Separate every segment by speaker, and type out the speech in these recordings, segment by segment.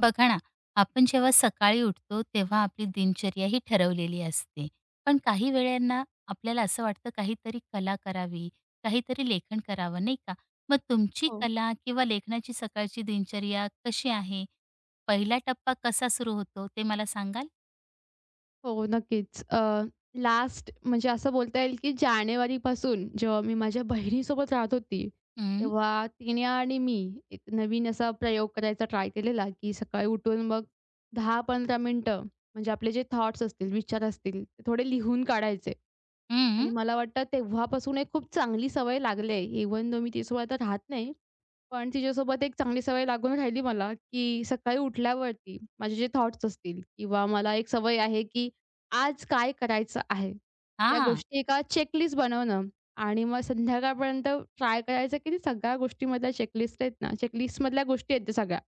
Speaker 1: बघा ना, आपण जेव्हा सकाळी उठतो तेव्हा आपली दिनचर्या ही ठरवलेली असते. पण काही वेळांना आपल्याला असं वाटतं काहीतरी कला करावी, काहीतरी लेखन करावं, नाही का? मग तुमची
Speaker 2: हो,
Speaker 1: कला किंवा लेखनाची सकाळची दिनचर्या कशी आहे? पहिला टप्पा कसा सुरू होतो ते मला सांगाल?
Speaker 2: हो, नक्कीच. लास्ट म्हणजे असं बोलता येईल की जानेवारीपासून जेव्हा मी माझ्या बहिणीसोबत राहत होती,
Speaker 1: हं,
Speaker 2: तेव्हा तिने आणि मी एक नवीन असा प्रयोग करायचा ट्राय केलेला, की सकाळी उठून मग 10-15 मिनिटं म्हणजे आपले जे थॉट्स असतील, विचार असतील, ते थोडे लिहून काढायचे.
Speaker 1: हं.
Speaker 2: आणि मला वाटतं तेव्हापासून एक खूप चांगली सवय लागली आहे. इव्हन दो मी तिच्यासोबत आता राहत नाही. पण तिच्यासोबत एक चांगली सवय लागून राहिली मला, की सकाळी उठल्यावरती माझे जे थॉट्स असतील किंवा मला एक सवय आहे, की आज काय करायचं आहे? या
Speaker 1: हां.
Speaker 2: गोष्टी एका चेकलिस्ट बनवणं आणि मग संध्याकाळपर्यंत ट्राय करायचं, की ते सगळ्या गोष्टीमधल्या चेकलिस्ट आहेत ना, चेकलिस्टमधल्या गोष्टी आहेत त्या सगळ्या,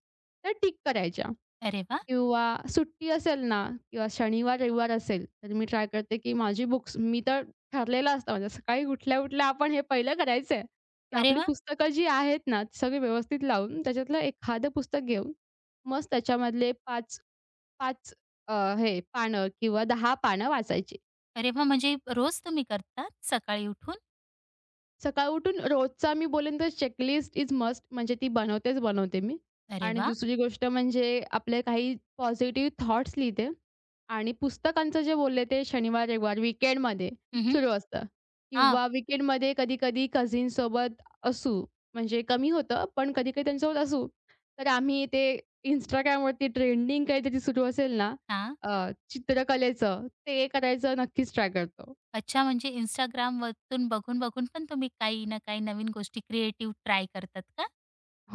Speaker 2: त्या टिक करायच्या.
Speaker 1: अरे वाह!
Speaker 2: किंवा सुट्टी असेल ना किंवा शनिवार, रविवार असेल, तर मी ट्राय करते, की माझी बुक्स मी तर ठरलेलं असतं म्हणजे सकाळी उठल्या-उठल्या आपण हे पहिलं करायचंय, की
Speaker 1: अरे
Speaker 2: आपली
Speaker 1: वाह!
Speaker 2: पुस्तकं जी आहेत ना, ती सगळी व्यवस्थित लावून त्याच्यातलं एखादं पुस्तक घेऊन, मस्त त्याच्यामधले 5, 5 अ, हे पानं किंवा 10 पानं वाचायची.
Speaker 1: अरे वाह! म्हणजे रोज तुम्ही करतात सकाळी उठून?
Speaker 2: सकाळ उठून रोजचा मी बोलेन तर चेकलिस्ट इज मस्ट म्हणजे ती बनवतेच बनवते मी.
Speaker 1: अरे
Speaker 2: आणि
Speaker 1: वाह!
Speaker 2: दुसरी गोष्ट म्हणजे आपले काही पॉझिटिव्ह थॉट्स लिहिते आणि पुस्तकांचं जे बोलले ते शनिवार, रविवार वीकेंडमध्ये
Speaker 1: हं, हं.
Speaker 2: सुरू असतं
Speaker 1: हां,
Speaker 2: किंवा वीकेंडमध्ये कधी-कधी कझिनसोबत असू, म्हणजे कमी होतं, पण कधी-कधी त्यांच्यासोबत असू, तर आम्ही ते Instagramवरती ट्रेंडिंग काहीतरी सुरू असेल ना, अ, चित्रकलेचं ते करायचं नक्कीच ट्राय करतो.
Speaker 1: अच्छा, म्हणजे Instagramवरतून बघून-बघून पण तुम्ही काही ना काही नवीन गोष्टी क्रिएटिव्ह ट्राय करतात का?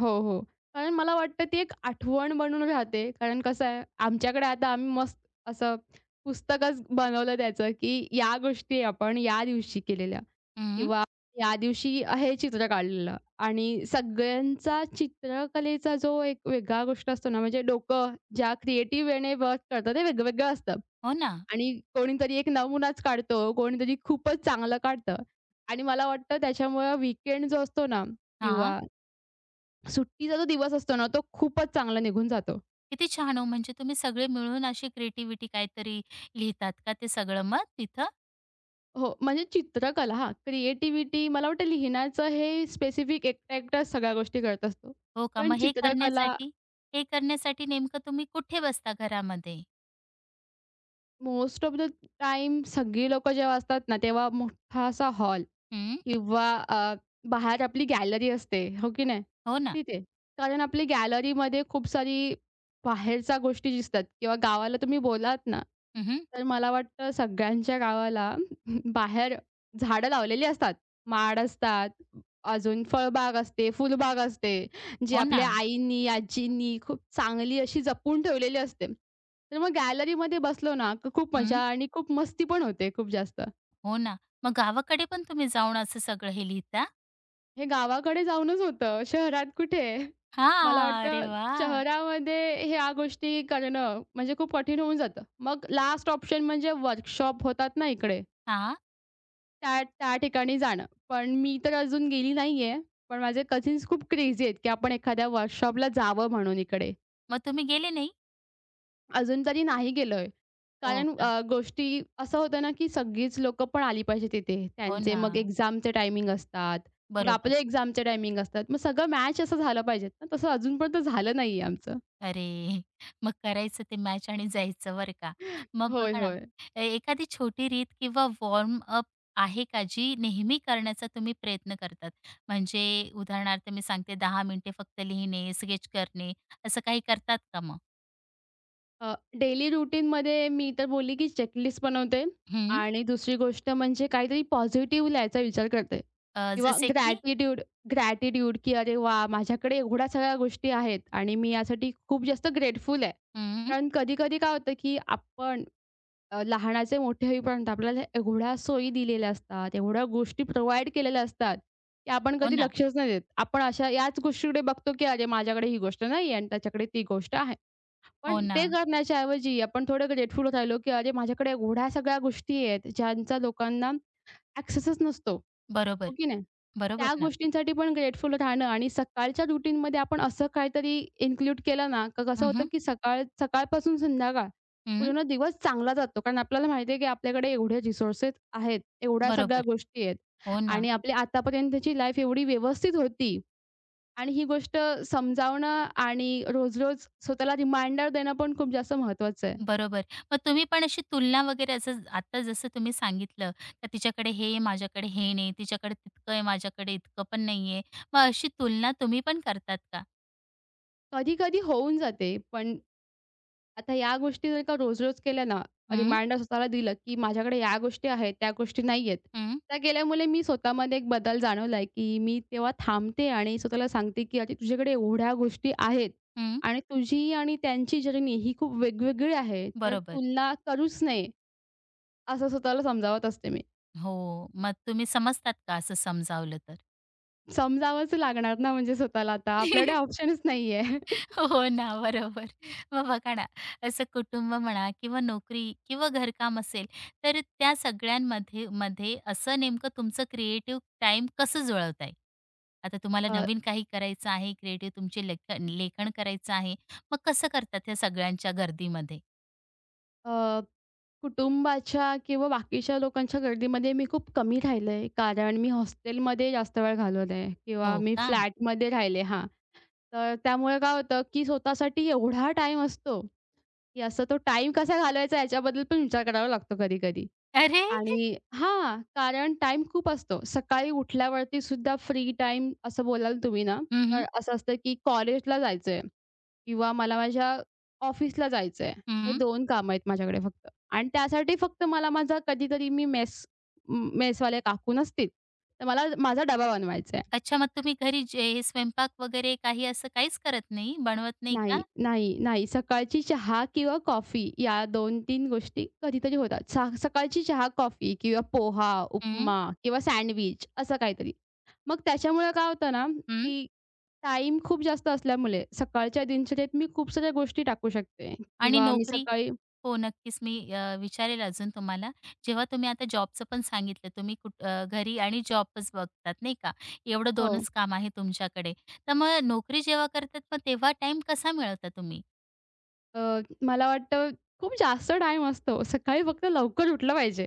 Speaker 2: हो, हो. कारण मला वाटतं ती एक आठवण बनून राहते. कारण कसं आहे, आमच्याकडे आता आम्ही मस्त असं पुस्तकच बनवलं त्याचं, की या गोष्टी आपण या दिवशी केलेल्या
Speaker 1: हं.
Speaker 2: किंवा या दिवशी हे चित्र काढलेलं आणि सगळ्यांचा चित्रकलेचा जो एक वेगळा गोष्ट असतो ना, म्हणजे डोकं ज्या क्रिएटिव्ह वेने वर्क करतं ते वेगवेगळं असतं
Speaker 1: हो ना?
Speaker 2: आणि कोणीतरी एक नमुनाच काढतो, कोणीतरी खूपच चांगलं काढतं आणि मला वाटतं त्याच्यामुळं वीकेंड जो असतो ना
Speaker 1: हां.
Speaker 2: किंवा सुट्टीचा जो दिवस असतो ना, तो खूपच चांगला निघून जातो.
Speaker 1: किती छान हो, म्हणजे तुम्ही सगळे मिळून अशी क्रिएटिव्हिटी काहीतरी लिहितात का ते सगळं मग तिथं?
Speaker 2: हो, म्हणजे चित्रकला हां, क्रिएटिव्हिटी मला वाटतं लिहिण्याचं हे स्पेसिफिक एकटा-एकटा सगळ्या गोष्टी करत असतो.
Speaker 1: हो का?
Speaker 2: पण
Speaker 1: मग हे
Speaker 2: चित्रकला
Speaker 1: करण्यासाठी हे करण्यासाठी नेमकं तुम्ही कुठे बसता घरामध्ये?
Speaker 2: मोस्ट ऑफ द टाईम सगळी लोकं जेव्हा असतात ना, तेव्हा मोठा असा हॉल
Speaker 1: हं.
Speaker 2: किंवा बाहेर आपली गॅलरी असते, हो की नाही?
Speaker 1: हो ना.
Speaker 2: तिथे. कारण आपली गॅलरीमध्ये खूप सारी बाहेरच्या गोष्टी दिसतात किंवा गावाला तुम्ही बोलात ना,
Speaker 1: हं,
Speaker 2: तर मला वाटतं सगळ्यांच्या गावाला बाहेर झाडं लावलेली असतात. माड असतात, अजून फळबाग असते, फुलबाग असते, जी
Speaker 1: हो ना.
Speaker 2: आपल्या आईंनी, आजींनी खूप चांगली अशी जपून ठेवलेली असते. तर मग गॅलरीमध्ये बसलो ना, तर खूप मजा
Speaker 1: हं.
Speaker 2: आणि खूप मस्ती पण होते खूप जास्त.
Speaker 1: हो ना. मग गावाकडे पण तुम्ही जाऊन असं सगळं हे लिहिता?
Speaker 2: हे गावाकडे जाऊनच होतं, शहरात कुठे? मला
Speaker 1: हां. अरे
Speaker 2: वाटतं
Speaker 1: वाह!
Speaker 2: शहरामध्ये ह्या गोष्टी करणं म्हणजे खूप कठीण होऊन जातं. मग लास्ट ऑप्शन म्हणजे वर्कशॉप होतात ना इकडे,
Speaker 1: हां.
Speaker 2: त्या त्या ठिकाणी जाणं. पण मी तर अजून गेली नाहीये. पण माझे कझिन्स खूप क्रेझी आहेत, की आपण एखाद्या वर्कशॉपला जावं म्हणून इकडे.
Speaker 1: मग तुम्ही गेले नाही?
Speaker 2: अजून तरी नाही गेलोय.
Speaker 1: हो
Speaker 2: कारण
Speaker 1: का?
Speaker 2: गोष्टी असं होतं ना, की सगळीच लोकं पण आली पाहिजे तिथे.
Speaker 1: हो
Speaker 2: त्यांचे
Speaker 1: ना.
Speaker 2: मग एक्झामचे टायमिंग असतात. मग
Speaker 1: बरोबर.
Speaker 2: आपले एक्झामचे टायमिंग असतात. मग सगळं मॅच असं झालं पाहिजेत ना, तसं अजून पण ते झालं नाहीये आमचं.
Speaker 1: अरे! मग करायचं ते मॅच आणि जायचं बरं का. मग
Speaker 2: होय,
Speaker 1: बघा ना,
Speaker 2: होय.
Speaker 1: एखादी छोटी रीत किंवा वॉर्म अप आहे का, जी नेहमी करण्याचा तुम्ही प्रयत्न करतात? म्हणजे उदाहरणार्थ मी सांगते 10 मिनिटे फक्त लिहिणे, स्केच करणे, असं काही करतात का मग?
Speaker 2: अ, डेली रुटीनमध्ये मी तर बोलली की चेकलिस्ट बनवते
Speaker 1: हं.
Speaker 2: आणि दुसरी गोष्ट म्हणजे काहीतरी पॉझिटिव्ह लिहायचा विचार करते किंवा
Speaker 1: जसे की
Speaker 2: ग्रॅटिट्यूड ग्रॅटिट्यूड की अरे वाह! माझ्याकडे एवढ्या सगळ्या गोष्टी आहेत आणि मी यासाठी खूप जास्त ग्रेटफुल आहे.
Speaker 1: हं.
Speaker 2: कारण कधी-कधी काय होतं की आपण लहानाचे मोठे होईपर्यंत आपल्याला एवढ्या सोयी दिलेल्या असतात, एवढ्या गोष्टी प्रोव्हाईड केलेल्या असतात, की आपण
Speaker 1: हो
Speaker 2: कधी
Speaker 1: ना,
Speaker 2: लक्षच नाही देत. आपण अशा याच गोष्टीकडे बघतो की अरे माझ्याकडे ही गोष्ट नाही आणि त्याच्याकडे ती गोष्ट आहे.
Speaker 1: हो
Speaker 2: पण
Speaker 1: ना.
Speaker 2: ते करण्याच्या ऐवजी आपण थोडं ग्रेटफुल राहिलो, की अरे माझ्याकडे एवढ्या सगळ्या गोष्टी आहेत, ज्यांचा लोकांना ॲक्सेसच नसतो,
Speaker 1: बरोबर,
Speaker 2: हो की नाही?
Speaker 1: बरोबर
Speaker 2: त्या
Speaker 1: ना.
Speaker 2: गोष्टींसाठी पण ग्रेटफुल राहणं आणि सकाळच्या रुटीनमध्ये आपण असं काहीतरी इन्क्लूड केलं ना, तर कसं होतं,
Speaker 1: हं,
Speaker 2: की सकाळ सकाळपासून संध्याकाळ
Speaker 1: हं.
Speaker 2: पूर्ण दिवस चांगला जातो. कारण आपल्याला माहिती आहे, की आपल्याकडे एवढे रिसोर्सेस आहेत, एवढ्या सगळ्या
Speaker 1: बरोबर.
Speaker 2: गोष्टी आहेत
Speaker 1: हो ना.
Speaker 2: आणि आपली आतापर्यंतची लाईफ एवढी व्यवस्थित होती. आणि ही गोष्ट समजावणं आणि रोज-रोज स्वतःला रिमाइंडर देणं पण खूप जास्त महत्त्वाचं आहे.
Speaker 1: बरोबर. मग तुम्ही पण अशी तुलना वगैरे असं आता जसं तुम्ही सांगितलं, का तिच्याकडे हे आहे, माझ्याकडे हे नाही, तिच्याकडे तितकं आहे, माझ्याकडे इतकं पण नाहीये. मग अशी तुलना तुम्ही पण करतात का?
Speaker 2: कधी-कधी होऊन जाते, पण आता या गोष्टी जर का रोज-रोज केल्या ना,
Speaker 1: हं,
Speaker 2: रिमाइंडर स्वतःला दिलं, की माझ्याकडे या गोष्टी आहेत, त्या गोष्टी नाही आहेत.
Speaker 1: हं,
Speaker 2: त्या केल्यामुळे मी स्वतःमध्ये एक बदल जाणवलाय, की मी तेव्हा थांबते आणि स्वतःला सांगते, की "अरे तुझ्याकडे एवढ्या गोष्टी आहेत
Speaker 1: हं.
Speaker 2: आणि तुझी आणि त्यांची जर्नी ही खूप वेगवेगळी आहे, तर
Speaker 1: बरोबर.
Speaker 2: तुलना करूच नये." असं स्वतःला समजावत असते मी.
Speaker 1: हो. मग तुम्ही समजतात का असं समजावलं तर?
Speaker 2: समजावंच लागणार ना म्हणजे स्वतःला आता. आपल्याकडे ऑप्शनच नाहीये.
Speaker 1: हो ना, बरोबर. मग बघा ना, असं कुटुंब म्हणा किंवा नोकरी किंवा घरकाम असेल, तर त्या सगळ्यांमध्ये मध्ये असं नेमकं तुमचं क्रिएटिव्ह टाईम कसं जुळवताय? आता तुम्हाला
Speaker 2: अ,
Speaker 1: नवीन काही करायचं आहे, क्रिएटिव्ह तुमचे लेखन लेखन करायचं आहे, मग कसं करतात त्या सगळ्यांच्या गर्दीमध्ये?
Speaker 2: अ, कुटुंबाच्या किंवा बाकीच्या लोकांच्या गर्दीमध्ये मी खूप कमी राहिले. कारण मी हॉस्टेलमध्ये जास्त वेळ घालवलाय किंवा
Speaker 1: हो
Speaker 2: मी
Speaker 1: का?
Speaker 2: फ्लॅटमध्ये राहिले हां. तर त्यामुळे काय होतं, की स्वतःसाठी एवढा टाईम असतो, की असं तो टाईम कसा घालवायचा याच्याबद्दल पण विचार करावा लागतो कधी-कधी.
Speaker 1: अरे!
Speaker 2: आणि हां, कारण टाईम खूप असतो. सकाळी उठल्यावरती सुद्धा फ्री टाईम असं बोलाल तुम्ही ना,
Speaker 1: हं,
Speaker 2: तर
Speaker 1: हं.
Speaker 2: असं असतं, की कॉलेजला जायचंय. किंवा मला माझ्या ऑफिसला जायचंय. हे 2 कामं आहेत माझ्याकडे फक्त. आणि त्यासाठी फक्त मला माझा कधी मी मेसवाले काकू नसतील, तर मला माझा डबा बनवायचा आहे.
Speaker 1: अच्छा, मग तुम्ही घरी जे स्वयंपाक वगैरे काही असं काहीच करत नाही, बनवत नाही
Speaker 2: नाही,
Speaker 1: का?
Speaker 2: नाही, नाही. सकाळची चहा किंवा कॉफी या 2-3 गोष्टी कधीतरी होतात. सकाळची चहा, कॉफी किंवा पोहा,
Speaker 1: हं,
Speaker 2: उपमा किंवा सँडविच असं काहीतरी. मग त्याच्यामुळे काय होतं ना,
Speaker 1: हं.
Speaker 2: की टाईम खूप जास्त असल्यामुळे सकाळच्या दिनचर्येत मी खूप साऱ्या गोष्टी टाकू शकते
Speaker 1: आणि
Speaker 2: किंवा मी
Speaker 1: नोकरी?
Speaker 2: सकाळी
Speaker 1: हो, नक्कीच. मी विचारेल अजून तुम्हाला. जेव्हा तुम्ही आता जॉबचं पण सांगितलं, तुम्ही घरी आणि जॉबच बघतात, नाही का? एवढं
Speaker 2: हो.
Speaker 1: 2च काम आहे तुमच्याकडे. तर मग नोकरी जेव्हा करतात, मग तेव्हा टाईम कसा मिळवता तुम्ही?
Speaker 2: अ, मला वाटतं खूप जास्त टाईम असतो. सकाळी फक्त लवकर उठलं पाहिजे.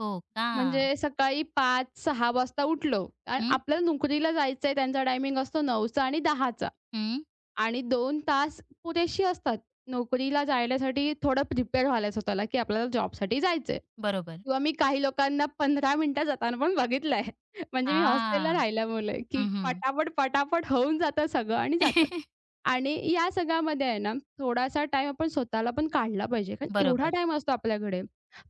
Speaker 1: हो का?
Speaker 2: म्हणजे सकाळी 5-6 वाजता उठलो आणि
Speaker 1: हं,
Speaker 2: आपल्याला नोकरीला जायचंय त्यांचा टायमिंग असतो 9चा आणि 10चा
Speaker 1: हं.
Speaker 2: आणि 2 तास पुरेशी असतात. नोकरीला जाण्यासाठी थोडं प्रिपेअर व्हायला स्वतःला, की आपल्याला जॉबसाठी जायचंय.
Speaker 1: बरोबर.
Speaker 2: किंवा मी काही लोकांना 15 मिनिटात जाताना पण बघितलंय. म्हणजे मी हॉस्टेलला
Speaker 1: हां.
Speaker 2: राहिल्यामुळे, की
Speaker 1: हं, हं.
Speaker 2: पटापट, पटापट होऊन जातं सगळं आणि जातात. आणि या सगळ्यामध्ये आहे ना, थोडासा टाईम आपण स्वतःला पण काढला पाहिजे. कारण एवढा
Speaker 1: बरोबर.
Speaker 2: टाईम असतो आपल्याकडे.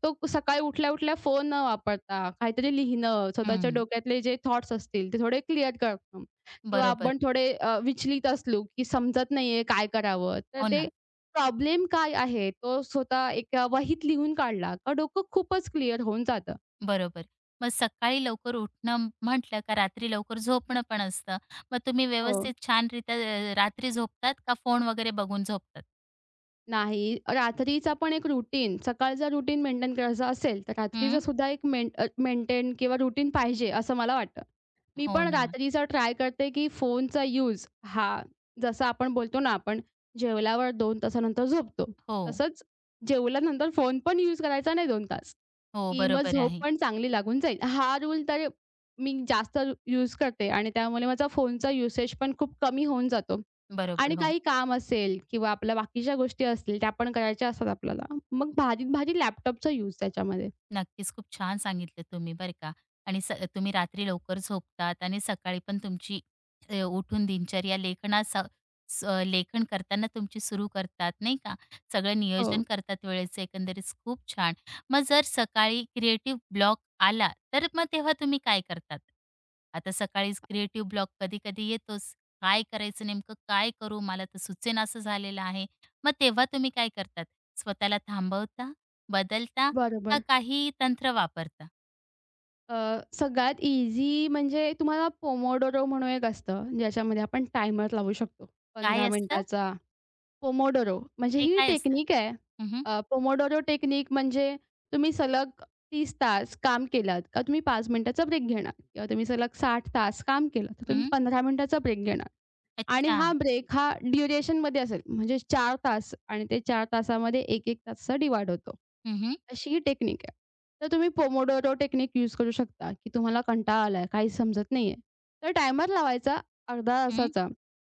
Speaker 2: तो सकाळी उठल्या-उठल्या फोन न वापरता काहीतरी लिहिणं, स्वतःच्या
Speaker 1: हं.
Speaker 2: डोक्यातले जे थॉट्स असतील ते थोडे क्लिअर करणं किंवा
Speaker 1: बरोबर.
Speaker 2: आपण थोडे विचलित असलो, की समजत नाहीये काय करावं? तर
Speaker 1: हो
Speaker 2: ते
Speaker 1: ना.
Speaker 2: प्रॉब्लेम काय आहे? तो स्वतः एका वहीत लिहून काढला का डोकं खूपच क्लिअर होऊन जातं.
Speaker 1: बरोबर. मग सकाळी लवकर उठणं म्हटलं का रात्री लवकर झोपणं पण असतं. मग तुम्ही
Speaker 2: हो.
Speaker 1: व्यवस्थित छानरीत्या रात्री झोपतात का फोन वगैरे बघून झोपतात?
Speaker 2: नाही रात्रीचा पण एक रुटीन सकाळचा रुटीन मेंटेन करायचा असेल, तर
Speaker 1: हं.
Speaker 2: रात्रीचा सुद्धा एक मेन मेंटेन किंवा रुटीन पाहिजे असं मला वाटतं. मी
Speaker 1: हो
Speaker 2: पण
Speaker 1: ना.
Speaker 2: रात्रीचा ट्राय करते, की फोनचा यूज हा जसा आपण बोलतो ना, आपण जेवल्यावर 2 तासानंतर झोपतो.
Speaker 1: हो.
Speaker 2: तसंच जेवल्यानंतर फोन पण यूज करायचा नाही 2 तास.
Speaker 1: हो,
Speaker 2: की मग
Speaker 1: बरोबर
Speaker 2: झोप
Speaker 1: आहे.
Speaker 2: पण चांगली लागून जाईल. हा रूल तर मी जास्त यूज करते आणि त्यामुळे माझा फोनचा युसेज पण खूप कमी होऊन जातो.
Speaker 1: बरोबर,
Speaker 2: आणि
Speaker 1: हो.
Speaker 2: काही काम असेल किंवा आपल्या बाकीच्या गोष्टी असतील त्या पण करायच्या असतात आपल्याला. मग भारीत-भारी लॅपटॉपचा यूज त्याच्यामध्ये.
Speaker 1: नक्कीच. खूप छान सांगितलं तुम्ही बरं का आणि तुम्ही रात्री लवकर झोपतात आणि सकाळी पण तुमची उठून दिनचर्या लेखन करताना तुमची सुरू करतात, नाही का? सगळं नियोजन
Speaker 2: हो,
Speaker 1: करतात वेळेचं एकंदरीत खूप छान. मग जर सकाळी क्रिएटिव्ह ब्लॉक आला, तर मग तेव्हा तुम्ही काय करतात? आता सकाळीच क्रिएटिव्ह ब्लॉक कधी-कधी येतोच. काय करायचं नेमकं काय करू? मला तर सुचेनासं झालेलं आहे. मग तेव्हा तुम्ही काय करतात? स्वतःला थांबवता? बदलता? का
Speaker 2: बरोबर.
Speaker 1: काही तंत्र वापरता?
Speaker 2: सगळ्यात इझी म्हणजे तुम्हाला पोमोडोरो म्हणून एक असतं, ज्याच्यामध्ये आपण टायमर लावू शकतो.
Speaker 1: काय
Speaker 2: 15
Speaker 1: असतं?
Speaker 2: मिनिटाचा पोमोडोरो म्हणजे
Speaker 1: ते
Speaker 2: ही
Speaker 1: काय असतं?
Speaker 2: टेक्निक आहे.
Speaker 1: हं, हं.
Speaker 2: पोमोडोरो टेक्निक म्हणजे तुम्ही सलग 30 तास काम केलात का तुम्ही 5 मिनिटाचा ब्रेक घेणार किंवा तुम्ही सलग 60 तास काम केलं तर तुम्ही 15 मिनिटाचा ब्रेक घेणार. आणि
Speaker 1: अच्छा.
Speaker 2: हा ब्रेक हा ड्युरेशनमध्ये असेल, म्हणजे 4 तास आणि ते 4 तासामध्ये एक 1 तासाचा डिव्हाईड होतो.
Speaker 1: हं, हं.
Speaker 2: अशी ही टेक्निक आहे. तर तुम्ही पोमोडोरो टेक्निक यूज करू शकता, की तुम्हाला कंटाळा आलाय, काही समजत नाहीये. तर टायमर लावायचा अर्ध्या
Speaker 1: हं,
Speaker 2: तासाचा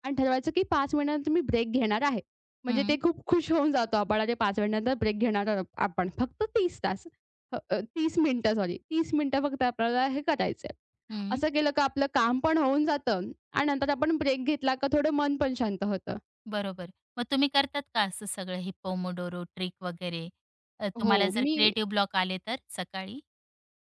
Speaker 2: आणि ठरवायचं, की 5 मिनिटांनंतर मी ब्रेक घेणार आहे. म्हणजे ते
Speaker 1: हं,
Speaker 2: खूप खुश होऊन जातो आपण, "अरे 5 मिनिटानंतर ब्रेक घेणार आहोत आपण." फक्त 30 तास. अ, अ, 30 मिनिटं सॉरी 30 मिनिटं फक्त आपल्याला हे करायचंय.
Speaker 1: हं.
Speaker 2: असं केलं का आपलं काम पण होऊन जातं आणि नंतर आपण ब्रेक घेतला का थोडं मन पण शांत होतं.
Speaker 1: बरोबर. मग तुम्ही करतात का असं सगळं हिप्पोमोडोरो ट्रिक वगैरे?
Speaker 2: हो,
Speaker 1: तुम्हाला जर
Speaker 2: मी
Speaker 1: क्रिएटिव्ह ब्लॉक आले तर सकाळी?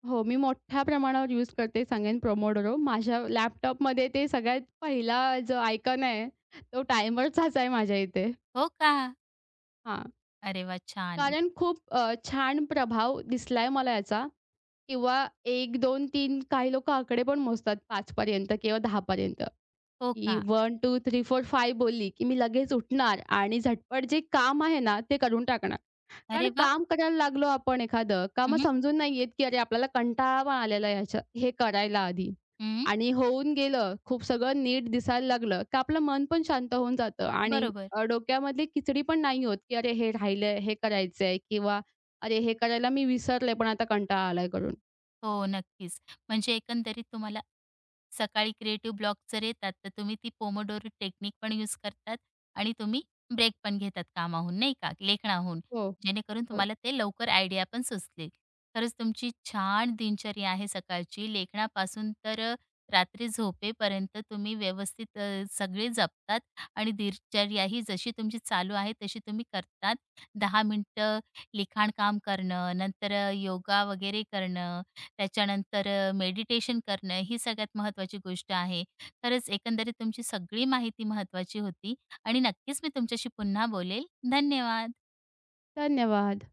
Speaker 2: हो, मी मोठ्या प्रमाणावर यूज करते सांगेन Pomodoro. माझ्या लॅपटॉपमध्ये ते सगळ्यात पहिला जो आयकॉन आहे, तो टायमरचाच आहे माझ्या इथे.
Speaker 1: हो का?
Speaker 2: हां,
Speaker 1: अरे वाह! छान.
Speaker 2: कारण खूप छान प्रभाव दिसलाय मला याचा किंवा 1, 2, 3 काही लोकं आकडे पण मोजतात 5 पर्यंत किंवा 10 पर्यंत,
Speaker 1: हो
Speaker 2: की 1,
Speaker 1: का?
Speaker 2: 2, 3, 4, 5 बोलली, की मी लगेच उठणार आणि झटपट जे काम आहे ना, ते करून टाकणार. कारण
Speaker 1: अरे वाह!
Speaker 2: काम करायला लागलो आपण एखादं, का
Speaker 1: हं,
Speaker 2: मग
Speaker 1: हं.
Speaker 2: समजून नाही येत, की अरे आपल्याला कंटाळा पण आलेला आहे ह्याच्या हे करायला आधी. आणि होऊन गेलं, खूप सगळं नीट दिसायला लागलं, का आपलं मन पण शांत होऊन जातं आणि
Speaker 1: बरोबर.
Speaker 2: डोक्यामधली खिचडी पण नाही होत, की अरे हे राहिलंय, हे करायचंय किंवा अरे हे करायला मी विसरले, पण आता कंटाळा आलाय करून.
Speaker 1: हो, नक्कीच. म्हणजे एकंदरीत तुम्हाला सकाळी क्रिएटिव्ह ब्लॉक जर येतात, तर तुम्ही ती पोमोडोरो टेक्निक पण यूज करतात आणि तुम्ही ब्रेक पण घेतात कामाहून, नाही का, लेखनाहून.
Speaker 2: हो,
Speaker 1: जेणेकरून
Speaker 2: हो.
Speaker 1: तुम्हाला ते लवकर आयडिया पण सुचतील. खरंच तुमची छान दिनचर्या आहे सकाळची. लेखनापासून तर रात्री झोपेपर्यंत तुम्ही व्यवस्थित सगळे जपतात आणि दिनचर्या ही जशी तुमची चालू आहे, तशी तुम्ही करतात. 10 मिनिटं लिखाणकाम करणं, नंतर योगा वगैरे करणं, त्याच्यानंतर मेडिटेशन करणं ही सगळ्यात महत्त्वाची गोष्ट आहे. खरंच एकंदरीत तुमची सगळी माहिती महत्त्वाची होती आणि नक्कीच मी तुमच्याशी पुन्हा बोलेल. धन्यवाद.
Speaker 2: धन्यवाद.